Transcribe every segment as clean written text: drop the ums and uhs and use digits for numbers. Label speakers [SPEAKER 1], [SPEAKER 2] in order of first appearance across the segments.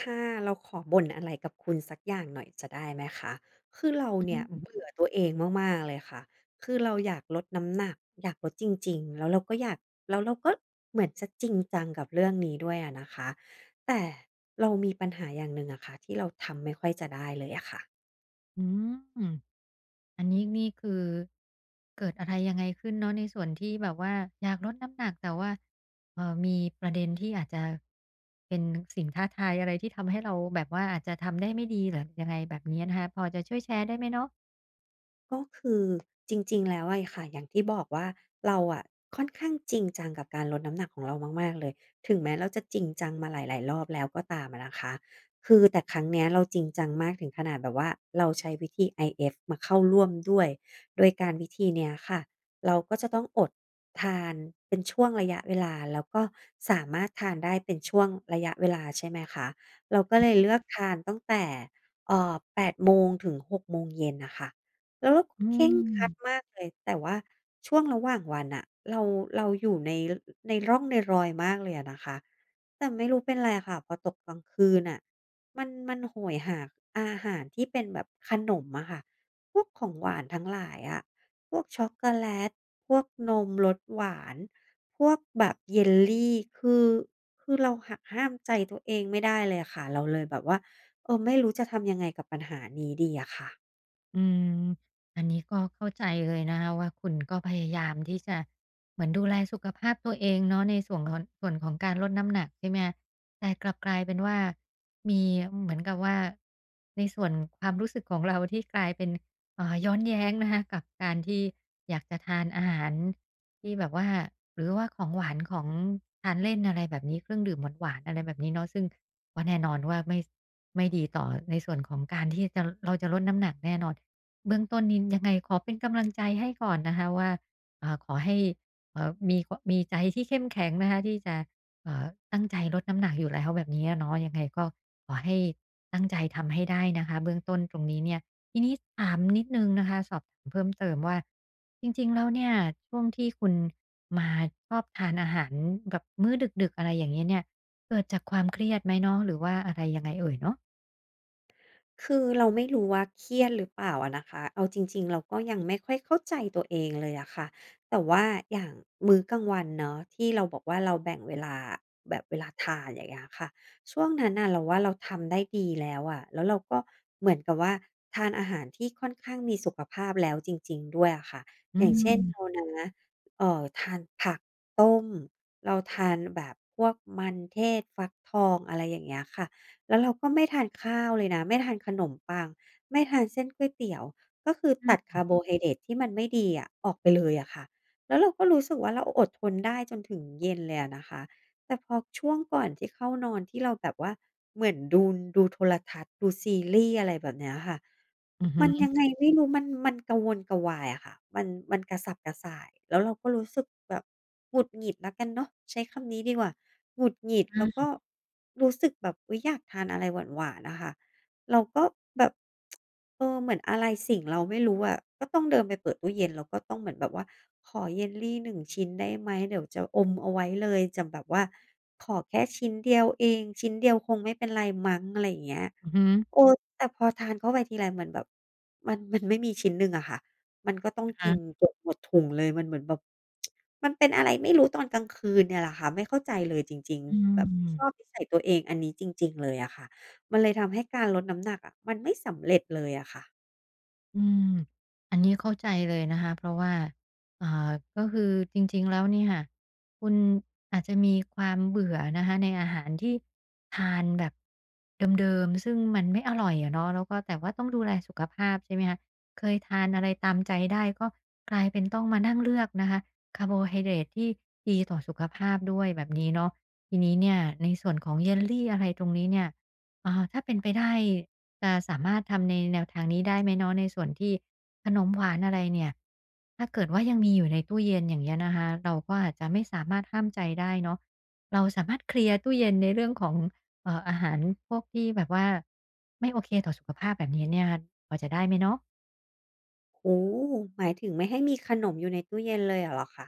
[SPEAKER 1] ค่ะเราขอบ่นอะไรกับคุณสักอย่างหน่อยจะได้ไหมคะคือเราเนี่ยเบื่อตัวเองมากๆเลยค่ะ คือเราอยากลดน้ำหนักอยากลดจริงๆแล้วเราก็อยากแล้วเราก็เหมือนจะจริงจังกับเรื่องนี้ด้วยอะนะคะแต่เรามีปัญหาอย่างหนึ่งอะค่ะที่เราทำไม่ค่อยจะได้เลยอะค่ะ
[SPEAKER 2] อืมอันนี้นี่คือเกิดอะไรยังไงขึ้นเนาะในส่วนที่แบบว่าอยากลดน้ำหนักแต่ว่ามีประเด็นที่อาจจะเป็นสิ่งท้าทายอะไรที่ทำให้เราแบบว่าอาจจะทำได้ไม่ดีหรือยังไงแบบนี้นะคะพอจะช่วยแชร์ได้ไหมเนาะ
[SPEAKER 1] ก็คือจริงๆแล้วอะค่ะอย่างที่บอกว่าเราอะค่อนข้างจริงจังกับการลดน้ำหนักของเรามากๆเลยถึงแม้เราจะจริงจังมาหลายๆรอบแล้วก็ตามอะนะคะแต่ครั้งเนี้ยเราจริงจังมากถึงขนาดแบบว่าเราใช้วิธี IF มาเข้าร่วมด้วยโดยการวิธีเนี้ยค่ะเราก็จะต้องอดทานเป็นช่วงระยะเวลาแล้วก็สามารถทานได้เป็นช่วงระยะเวลาใช่ไหมคะเราก็เลยเลือกทานตั้งแต่แปดโมงถึงหกโมงเย็นน่ะค่ะ แล้วเราก็
[SPEAKER 2] อื
[SPEAKER 1] เคร่งครัด
[SPEAKER 2] ม
[SPEAKER 1] มากเลยแต่ว่าช่วงระหว่างวันน่ะเราเราอยู่ในร่องในรอยมากเลยอะนะคะแต่ไม่รู้เป็นไรค่ะพอตกกลางคืนน่ะมันโหยหาอาหารที่เป็นแบบขนมอะค่ะพวกของหวานทั้งหลายอะพวกช็อกโกแลตพวกนมรสหวานพวกแบบเยลลีคือคือเราหักห้ามใจตัวเองไม่ได้เลยอะค่ะเราเลยแบบว่าเออไม่รู้จะทำยังไงกับปัญหานี้ดีอะค่ะ
[SPEAKER 2] อืมอันนี้ก็เข้าใจเลยนะคะว่าคุณก็พยายามที่จะเหมือนดูแลสุขภาพตัวเองเนาะในส่วนของส่วนของการลดน้ำหนักใช่ไหมคะแต่กลับกลายเป็นว่ามีเหมือนกับว่าในส่วนความรู้สึกของเราที่กลายเป็นย้อนแย้งนะคะกับการที่อยากจะทานอาหาร ที่แบบว่าหรือว่าของหวานของทานเล่นอะไรแบบนี้เครื่องดื่มหวานๆอะไรแบบนี้เนาะซึ่งก็แน่นอนว่าไม่ดีต่อในส่วนของการที่จะเราจะลดน้ำหนักแน่นอนเบื้องต้นนี้ยังไงขอเป็นกำลังใจให้ก่อนนะคะว่าอ่าขอให้มีกมีใจที่เข้มแข็งนะคะที่จะเอ่อตั้งใจลดน้ำหนักอยู่แล้วแบบนี้อะเนาะยังไงก็ขอให้ตั้งใจทำให้ได้นะคะเบื้องต้นตรงนี้เนี่ย ทีนี้ถามนิดนึงนะคะสอบถามเพิ่มเติมว่าจริงๆ แล้วเนี่ยช่วงที่คุณมาชอบทานอาหารแบบมื้อดึกๆอะไรอย่างเงี้ยเนี่ยเกิดจากความเครียดไหมเนาะหรือว่าอะไรยังไงเอ่ยเนาะ
[SPEAKER 1] คือเราไม่รู้ว่าเครียดหรือเปล่าอะนะคะเอาจริงๆเราก็ยังไม่ค่อยเข้าใจตัวเองเลยอะค่ะแต่ว่าอย่างมื้อกลางวันเนาะที่เราบอกว่าเราแบ่งเวลาแบบเวลาทานอย่างเงี้ยค่ะช่วงนั้นน่ะเราว่าเราทำได้ดีแล้วอะแล้วเราก็เหมือนกับว่าทานอาหารที่ค่อนข้างมีสุขภาพแล้วจริงๆด้วยอะค่ะ
[SPEAKER 2] อื
[SPEAKER 1] อย่างเช่น
[SPEAKER 2] ม
[SPEAKER 1] เรานะทานผักต้มเราทานแบบพวกมันเทศฟักทองอะไรอย่างเงี้ยค่ะ แล้วเราก็ไม่ทานข้าวเลยนะไม่ทานขนมปังไม่ทานเส้นก๋วยเตี๋ยวก็คือ
[SPEAKER 2] อื
[SPEAKER 1] ตัด
[SPEAKER 2] ม
[SPEAKER 1] คาร์โบไฮเดรตที่มันไม่ดีอะออกไปเลยอะค่ะแล้วเราก็รู้สึกว่าเราอดทนได้จนถึงเย็นเลยอะนะคะ แต่พอช่วงก่อนที่เข้านอนที่เราแบบว่าเหมือนดูโทรทัศน์ดูซีรีส์อะไรแบบเนี้ยค่ะ
[SPEAKER 2] อือ
[SPEAKER 1] มัน
[SPEAKER 2] ฮึ
[SPEAKER 1] ยังไงไม่รู้มันกระวนกระวายอะค่ะมันกระสับกระส่ายแล้วเราก็รู้สึกแบบหงุดหงิดแล้วกันเนาะใช้คำนี้ดีกว่าหงุดหงิดแล้วก็
[SPEAKER 2] อ
[SPEAKER 1] รู้สึกแบบอุ๊ยอยากทานอะไรหวานๆอะค่ะ เราก็แบบเออเหมือนอะไรสิ่งเราไม่รู้อะก็ต้องเดินไปเปิดตู้เย็นแล้วก็ต้องเหมือนแบบว่าขอเยลลี1ชิ้นได้ไหมเดี๋ยวจะอมเอาไว้เลยจะแบบว่าขอแค่ชิ้นเดียวเองชิ้นเดียวคงไม่เป็นไรมั้งอะไรอย่างเงี้ย
[SPEAKER 2] ออือฮึ
[SPEAKER 1] เออแต่พอทานเข้าไปทีไรเหมือนแบบมันไม่มีชิ้นหนึ่งอะค่ะมันก็ต้อง
[SPEAKER 2] อะ
[SPEAKER 1] กิ
[SPEAKER 2] ฮะ
[SPEAKER 1] นเกือบหมดถุงเลยมันเหมือนแบบมันเป็นอะไรไม่รู้ตอนกลางคืนเนี่ยแหละค่ะไม่เข้าใจเลยจริง
[SPEAKER 2] อื
[SPEAKER 1] ๆแบบไม่ชอบ
[SPEAKER 2] ม
[SPEAKER 1] นิสัยตัวเองอันนี้จริงๆเลยอะค่ะ มันเลยทำให้การลดน้ำหนักอะมันไม่สำเร็จเลยอะค่ะ
[SPEAKER 2] อืมอันนี้เข้าใจเลยนะคะเพราะว่าอ่าก็คือจริงๆแล้วเนี่ยคะคุณอาจจะมีความเบื่อนะคะในอาหารที่ทานแบบเดิมๆซึ่งมันไม่อร่อยอะเนาะแล้วก็แต่ว่าต้องดูแลสุขภาพใช่ไหมคะเคยทานอะไรตามใจได้ก็กลายเป็นต้องมานั่งเลือกนะคะคาร์โบไฮเดรตที่ดีต่อสุขภาพด้วยแบบนี้เนาะทีนี้เนี่ยในส่วนของเยลลี่อะไรตรงนี้เนี่ยอ่าถ้าเป็นไปได้ จะสามารถทำในแนวทางนี้ได้ไหมเนาะในส่วนที่ขนมหวานอะไรเนี่ยถ้าเกิดว่ายังมีอยู่ในตู้เย็นอย่างเงี้ยนะคะเราก็อาจจะไม่สามารถห้ามใจได้เนาะเราสามารถเคลียร์ตู้เย็นในเรื่องของอาหารพวกที่แบบว่าไม่โอเคต่อสุขภาพแบบนี้เนี่ยพอจะได้ไหมเนาะ
[SPEAKER 1] โอ้โฮหมายถึงไม่ให้มีขนมอยู่ในตู้เย็นเลยอะเหรอคะ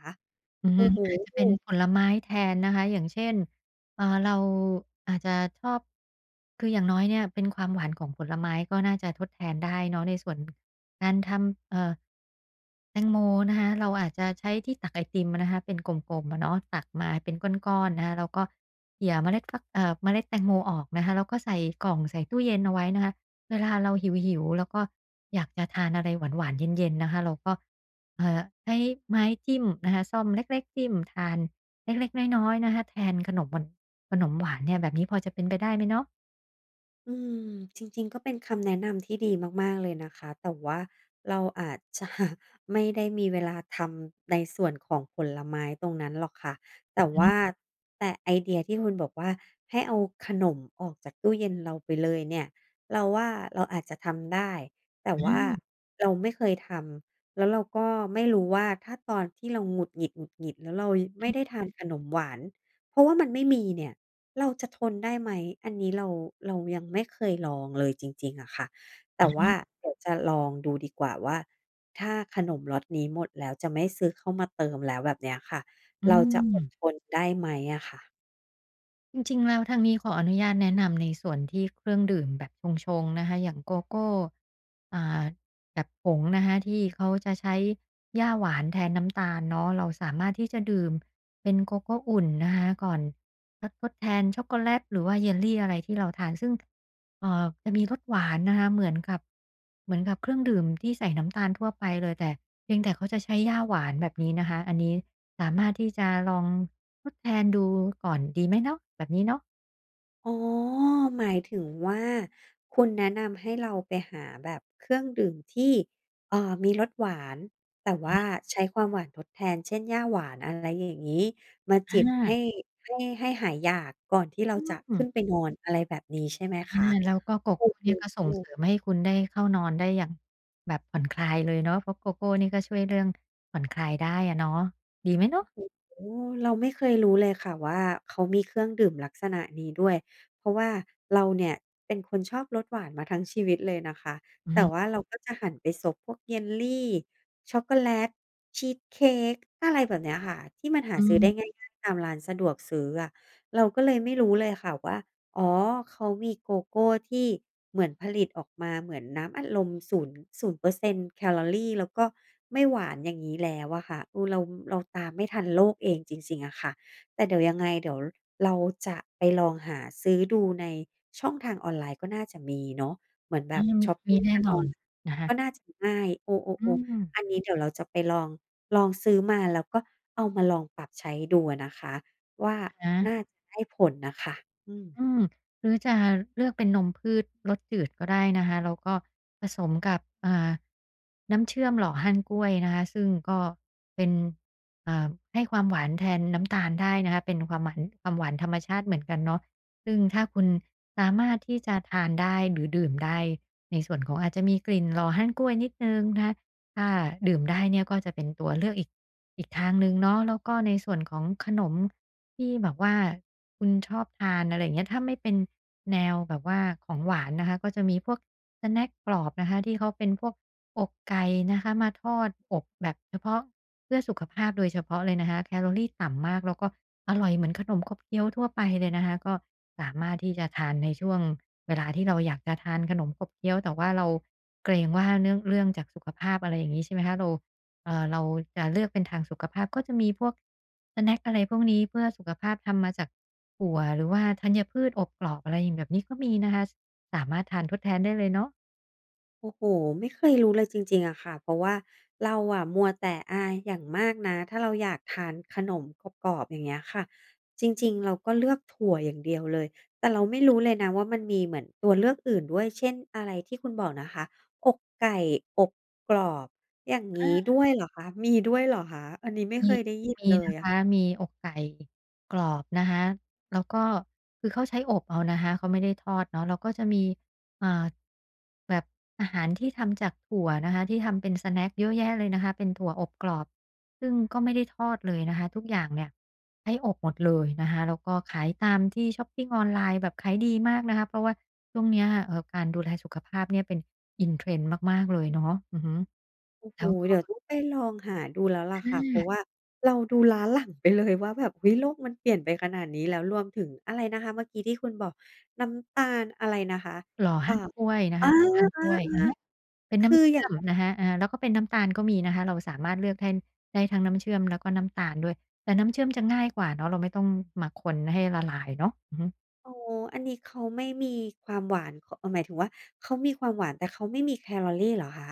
[SPEAKER 2] อือ
[SPEAKER 1] โอ้
[SPEAKER 2] ฮึ
[SPEAKER 1] โฮ
[SPEAKER 2] อาจจะเป็นผลไม้แทนนะคะอย่างเช่นเราอาจจะชอบคืออย่างน้อยเนี่ยเป็นความหวานของผลไม้ก็น่าจะทดแทนได้เนาะในส่วนการทำแตงโมนะคะเราอาจจะใช้ที่ตักไอติมนะคะเป็นกลมๆอะเนาะตักมาเป็นก้อนๆนะคะแล้วก็เขี่ยเมล็ดฟักเมล็ดแตงโมออกนะคะแล้วก็ใส่กล่องใส่ตู้เย็นเอาไว้นะคะเวลาเราหิวๆแล้วก็อยากจะทานอะไรหวานๆเย็นๆนะคะเราก็ ใช้ไม้จิ้มนะคะส้อมเล็กๆจิ้มทานเล็กๆน้อยๆนะคะแทนขนมหวานเนี่ยแบบนี้พอจะเป็นไปได้ไหมเนาะ
[SPEAKER 1] อืมจริงๆก็เป็นคำแนะนำที่ดีมากๆเลยนะคะแต่ว่าเราอาจจะ ไม่ได้มีเวลาทำในส่วนของผลไม้ตรงนั้นหรอกค่ะแต่
[SPEAKER 2] อือ
[SPEAKER 1] ว่า
[SPEAKER 2] ฮึ
[SPEAKER 1] แต่ไอเดียที่คุณบอกว่าให้เอาขนมออกจากตู้เย็นเราไปเลยเนี่ยเราว่าเราอาจจะทำได้แต่
[SPEAKER 2] อ
[SPEAKER 1] ว่า
[SPEAKER 2] า
[SPEAKER 1] เราไม่เคยทำแล้วเราก็ไม่รู้ว่าถ้าตอนที่เราหงุดหงิดแล้วเราไม่ได้ทานขนมหวานเพราะว่ามันไม่มีเนี่ย เราจะทนได้ไหม อันนี้เรายังไม่เคยลองเลยจริงๆอะค่ะแต่ว่าเดี๋ยวจะลองดูดีกว่าว่าถ้าขนมล็อตนี้หมดแล้วจะไม่ซื้อเข้ามาเติมแล้วแบบเนี้ยค่ะ
[SPEAKER 2] อื
[SPEAKER 1] เราจะอ
[SPEAKER 2] ม
[SPEAKER 1] ดทนได้ไหมอะค่ะ
[SPEAKER 2] จริงๆแล้วทางนี้ขออนุญาตแนะนำในส่วนที่เครื่องดื่มแบบชงๆนะคะอย่างโกโก้อ่าแบบผงนะคะที่เขาจะใช้หญ้าหวานแทนน้ำตาลเนาะเราสามารถที่จะดื่มเป็นโกโก้อุ่นนะคะก่อนทดแทนช็อกโกแลตหรือว่าเยลลีอะไรที่เราทานซึ่ง จะมีรสหวานนะคะเหมือนกับเครื่องดื่มที่ใส่น้ำตาลทั่วไปเลยแต่เพียงแต่เขาจะใช้หญ้าหวานแบบนี้นะคะอันนี้สามารถที่จะลองทดแทนดูก่อนดีไหมเนาะแบบนี้เนาะ
[SPEAKER 1] อ๋อหมายถึงว่าคุณแนะนำให้เราไปหาแบบเครื่องดื่มที่มีรสหวานแต่ว่าใช้ความหวานทดแทนเช่นย่าหวานอะไรอย่างงี้มา
[SPEAKER 2] อ
[SPEAKER 1] จิบให้
[SPEAKER 2] า
[SPEAKER 1] ให้ให้หายอยากก่อนที่เราจะ
[SPEAKER 2] อื
[SPEAKER 1] ขึ้น
[SPEAKER 2] ม
[SPEAKER 1] ไปนอนอะไรแบบนี้ใช่ไหม
[SPEAKER 2] อา
[SPEAKER 1] คะ
[SPEAKER 2] แล้วก็โกโก้เนี่ยก็
[SPEAKER 1] โอ
[SPEAKER 2] ส่งเสริ
[SPEAKER 1] ้
[SPEAKER 2] มให้คุณได้เข้านอนได้อย่างแบบผ่อนคลายเลยเนาะเพราะโกโก้นี่ก็ช่วยเรื่องผ่อนคลายได้อะเนาะดีไหมเนาะ
[SPEAKER 1] โอ้เราไม่เคยรู้เลยค่ะว่าเขามีเครื่องดื่มลักษณะนี้ด้วยเพราะว่าเราเนี่ยเป็นคนชอบรสหวานมาทั้งชีวิตเลยนะคะ
[SPEAKER 2] อือ
[SPEAKER 1] แต่
[SPEAKER 2] ฮึ
[SPEAKER 1] ว่าเราก็จะหันไปซบพวกเยลลีช็อกโกแลตชีสเค้กอะไรแบบเนี้ยค่ะที่มันหา
[SPEAKER 2] อื
[SPEAKER 1] ซื้อได้ง่
[SPEAKER 2] ม
[SPEAKER 1] ายๆตามร้านสะดวกซื้ออะเราก็เลยไม่รู้เลยค่ะว่า อ๋อเขามีโกโก้ที่เหมือนผลิตออกมาเหมือนน้ำอัดลม 0- ์ศูนย์เปอร์เซ็นต์แคลอรีแล้วก็ไม่หวานอย่างงี้แล้วอะค่ะเราตามไม่ทันโลกเองจริงๆอะค่ะแต่เดี๋ยวยังไงเดี๋ยวเราจะไปลองหาซื้อดูในช่องทางออนไลน์ก็น่าจะมีเนาะเหมือนแบ
[SPEAKER 2] อา
[SPEAKER 1] บช็อป
[SPEAKER 2] มี
[SPEAKER 1] ปิ้ง
[SPEAKER 2] แน่
[SPEAKER 1] ทาง
[SPEAKER 2] น
[SPEAKER 1] อ
[SPEAKER 2] อ
[SPEAKER 1] อน
[SPEAKER 2] นนะคะ
[SPEAKER 1] ก็น่าจะง่ายเอ
[SPEAKER 2] อื
[SPEAKER 1] อๆ
[SPEAKER 2] ม
[SPEAKER 1] ๆอันนี้เดี๋ยวเราจะไปลองซื้อมาแล้วก็เอามาลองปรับใช้ดูอะนะคะว่า
[SPEAKER 2] อะฮะ
[SPEAKER 1] น่าจะได้ผลน่ะค่ะอืม
[SPEAKER 2] อืมหรือจะเลือกเป็นนมพืชรสจืดก็ได้นะคะแล้วก็ผสมกับอ่าน้ำเชื่อมหล่อฮั่นกล้วยนะคะซึ่งก็เป็นอ่าให้ความหวานแทนน้ำตาลได้นะคะเป็นความหวานธรรมชาติเหมือนกันเนาะซึ่งถ้าคุณสามารถที่จะทานได้หรือดื่มได้ในส่วนของอาจจะมีกลิ่นหล่อฮั่นกล้วยนิดหนึ่งนะคะถ้าดื่มได้เนี่ยก็จะเป็นตัวเลือกอีกอีกทางหนึ่งเนาะแล้วก็ในส่วนของขนม ที่แบบว่าคุณชอบทานอะไรอย่างเงี้ยถ้าไม่เป็นแนวแบบว่าของหวานนะคะก็จะมีพวกสแน็กกรอบนะคะที่เขาเป็นพวกอกไก่นะคะมาทอดอบแบบเฉพาะเพื่อสุขภาพโดยเฉพาะเลยนะคะแคลอรีต่ำมากแล้วก็อร่อยเหมือนขนมขบเคี้ยวทั่วไปเลยนะคะก็สามารถที่จะทานในช่วงเวลาที่เราอยากจะทานขนมขบเคี้ยวแต่ว่าเราเกรงว่าเนื่องเรื่องจากสุขภาพอะไรอย่างงี้ใช่ไหมคะเราจะเลือกเป็นทางสุขภาพก็จะมีพวกสแน็กอะไรพวกนี้เพื่อสุขภาพทำมาจากถั่วหรือว่าธัญพืชอบกรอบอะไรอย่างแบบนี้ก็มีนะคะสามารถทานทดแทนได้เลยเนาะ
[SPEAKER 1] โอ้โฮไม่เคยรู้เลยจริงๆอะค่ะเพราะว่าเราอะมัวแต่อาอย่างมากนะถ้าเราอยากทานขนมกรอบๆอย่างเงี้ยค่ะจริงๆเราก็เลือกถั่วอย่างเดียวเลยแต่เราไม่รู้เลยนะว่ามันมีเหมือนตัวเลือกอื่นด้วยเช่นอะไรที่คุณบอกนะคะอกไก่อบกรอบอย่าง
[SPEAKER 2] อา
[SPEAKER 1] งี้ด้วยเหรอคะมีด้วยเหรอคะอันนี้ไม่เค
[SPEAKER 2] มี
[SPEAKER 1] ยได้ยิน
[SPEAKER 2] มี
[SPEAKER 1] เลย
[SPEAKER 2] นะ
[SPEAKER 1] อะ
[SPEAKER 2] คะมีอกไก่กรอบนะคะแล้วก็คือเขาใช้อบเอานะคะเขาไม่ได้ทอดเนาะแล้วก็จะมีอ่าแบบอาหารที่ทำจากถั่วนะคะที่ทำเป็นสแน็กเยอะแยะเลยนะคะเป็นถั่วอบกรอบซึ่งก็ไม่ได้ทอดเลยนะคะทุกอย่างเนี่ยใช้อบหมดเลยนะคะแล้วก็ขายตามที่ช็อปปิงออนไลน์แบบขายดีมากนะคะเพราะว่าช่วงเนี้ยการดูแลสุขภาพเนี่ยเป็น in trend มากๆเลยเนาะอือฮึ
[SPEAKER 1] โอ้โฮ
[SPEAKER 2] แล้วก็
[SPEAKER 1] เดี๋ยวต้องไปลองหาดูแล้วล่ะ
[SPEAKER 2] อ
[SPEAKER 1] ค่ะเพราะ
[SPEAKER 2] า
[SPEAKER 1] ว่าเราดูล้าหลังไปเลยว่าแบบเฮ้ยโลกมันเปลี่ยนไปขนาดนี้แล้วรวมถึงอะไรนะคะเมื่อกี้ที่คุณบอกน้ำตาลอะไรนะคะ
[SPEAKER 2] หล่อ
[SPEAKER 1] อ่า
[SPEAKER 2] ฮั่นก้วยนะคะ
[SPEAKER 1] อา
[SPEAKER 2] หล่อฮั่นก๊้วยอะ
[SPEAKER 1] ๆ
[SPEAKER 2] ฮะเป็น
[SPEAKER 1] ๆคื
[SPEAKER 2] น้ำ
[SPEAKER 1] ออ
[SPEAKER 2] เชื่
[SPEAKER 1] ย่า
[SPEAKER 2] อ
[SPEAKER 1] ง
[SPEAKER 2] ม
[SPEAKER 1] นั้น
[SPEAKER 2] นะคะอาแล้วก็เป็นน้ำตาลก็มีนะคะเราสามารถเลือกได้ได้ทั้งน้ำเชื่อมแล้วก็น้ำตาลด้วยแต่น้ำเชื่อมจะง่ายกว่าเนาะเราไม่ต้องมาคนให้ละลายเนาะอือฮึ
[SPEAKER 1] อ๋ออันนี้เขาไม่มีความหวานขหมายถึงว่าเขามีความหวานแต่เขาไม่มีแคลอรีเหรอคะ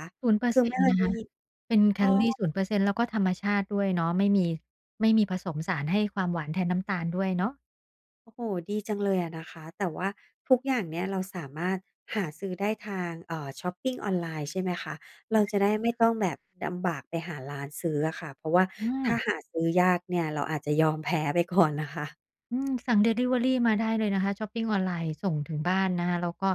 [SPEAKER 1] คือไม่
[SPEAKER 2] 0%น
[SPEAKER 1] เค
[SPEAKER 2] ย์
[SPEAKER 1] ย
[SPEAKER 2] เปอร์เซ็นต์นะ
[SPEAKER 1] ได้
[SPEAKER 2] คะ
[SPEAKER 1] ยิน
[SPEAKER 2] เป็นแค
[SPEAKER 1] อ้อ
[SPEAKER 2] ลอรีศูนย์เปอร์เซ็นต์แล้วก็ธรรมชาติด้วยเนาะไม่มีผสมสารให้ความหวานแทนน้ำตาลด้วยเนาะ
[SPEAKER 1] โอ้โฮดีจังเลยอะนะคะ แต่ว่าทุกอย่างเนี่ยเราสามารถหาซื้อได้ทางช็อปปิงออนไลน์ใช่ไหมคะ เราจะได้ไม่ต้องแบบลำบากไปหาร้านซื้ออะค่ะเพราะว่า
[SPEAKER 2] อ
[SPEAKER 1] ถ้า
[SPEAKER 2] า
[SPEAKER 1] หาซื้อยากเนี่ยเราอาจจะยอมแพ้ไปก่อนนะคะ
[SPEAKER 2] อืมสั่งดิลิเวอรีมาได้เลยนะคะช็อปปิงออนไลน์ส่งถึงบ้านนะคะแล้วก็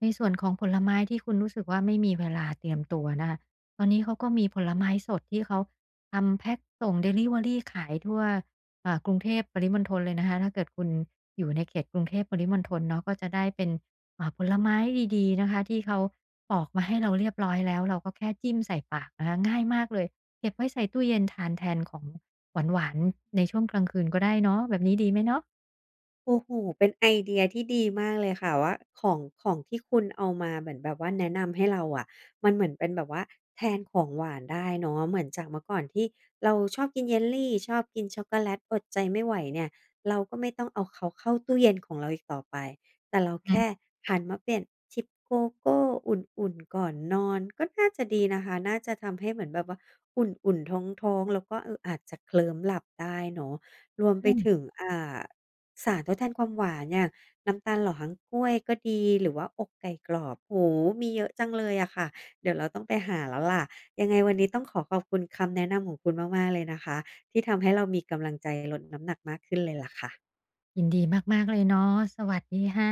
[SPEAKER 2] ในส่วนของผลไม้ที่คุณรู้สึกว่าไม่มีเวลาเตรียมตัวนะคะตอนนี้เขาก็มีผลไม้สดที่เขาทำแพ็กส่งดิลิเวอรีขายทั่วกรุงเทพปริมณฑลเลยนะคะถ้าเกิดคุณอยู่ในเขตกรุงเทพปริมณฑลเนาะก็จะได้เป็นผลไม้ดีๆนะคะที่เขาปอกมาให้เราเรียบร้อยแล้วเราก็แค่จิ้มใส่ปากนะคะง่ายมากเลยเก็บไว้ใส่ตู้เย็นทานแทนของหวานๆในช่วงกลางคืนก็ได้เนาะแบบนี้ดีไหมเนาะ
[SPEAKER 1] โอ้โฮเป็นไอเดียที่ดีมากเลยค่ะว่าของที่คุณเอามาเหมือนแบบว่าแนะนำให้เราอะมันเหมือนเป็นแบบว่าแทนของหวานได้เนาะเหมือนจากเมื่อก่อนที่เราชอบกินเยลลีชอบกินช็อกโกแลตอดใจไม่ไหวเนี่ยเราก็ไม่ต้องเอาเขาเข้าตู้เย็นของเราอีกต่อไปแต่เรา
[SPEAKER 2] อืม
[SPEAKER 1] แค่หันมาเปลี่ยนชิปโกโก้อุ่นๆก่อนนอนก็น่าจะดีนะคะน่าจะทำให้เหมือนแบบว่าอุ่นๆท้องๆแล้วก็อาจจะเคลิ้มหลับได้เนาะรวมไปถึงสารทดแทนความหวานอย่างน้ำตาลหล่อหางกล้วยก็ดีหรือว่าอกไก่กรอบโอ้โฮมีเยอะจังเลยอะค่ะเดี๋ยวเราต้องไปหาแล้วล่ะยังไงวันนี้ต้องขอขอบคุณคำแนะนำของคุณมาก ๆ เลยนะคะที่ทำให้เรามีกำลังใจลดน้ำหนักมากขึ้นเลยล่ะค่ะ
[SPEAKER 2] ยินดีมากๆเลยเนาะสวัสดีค่ะ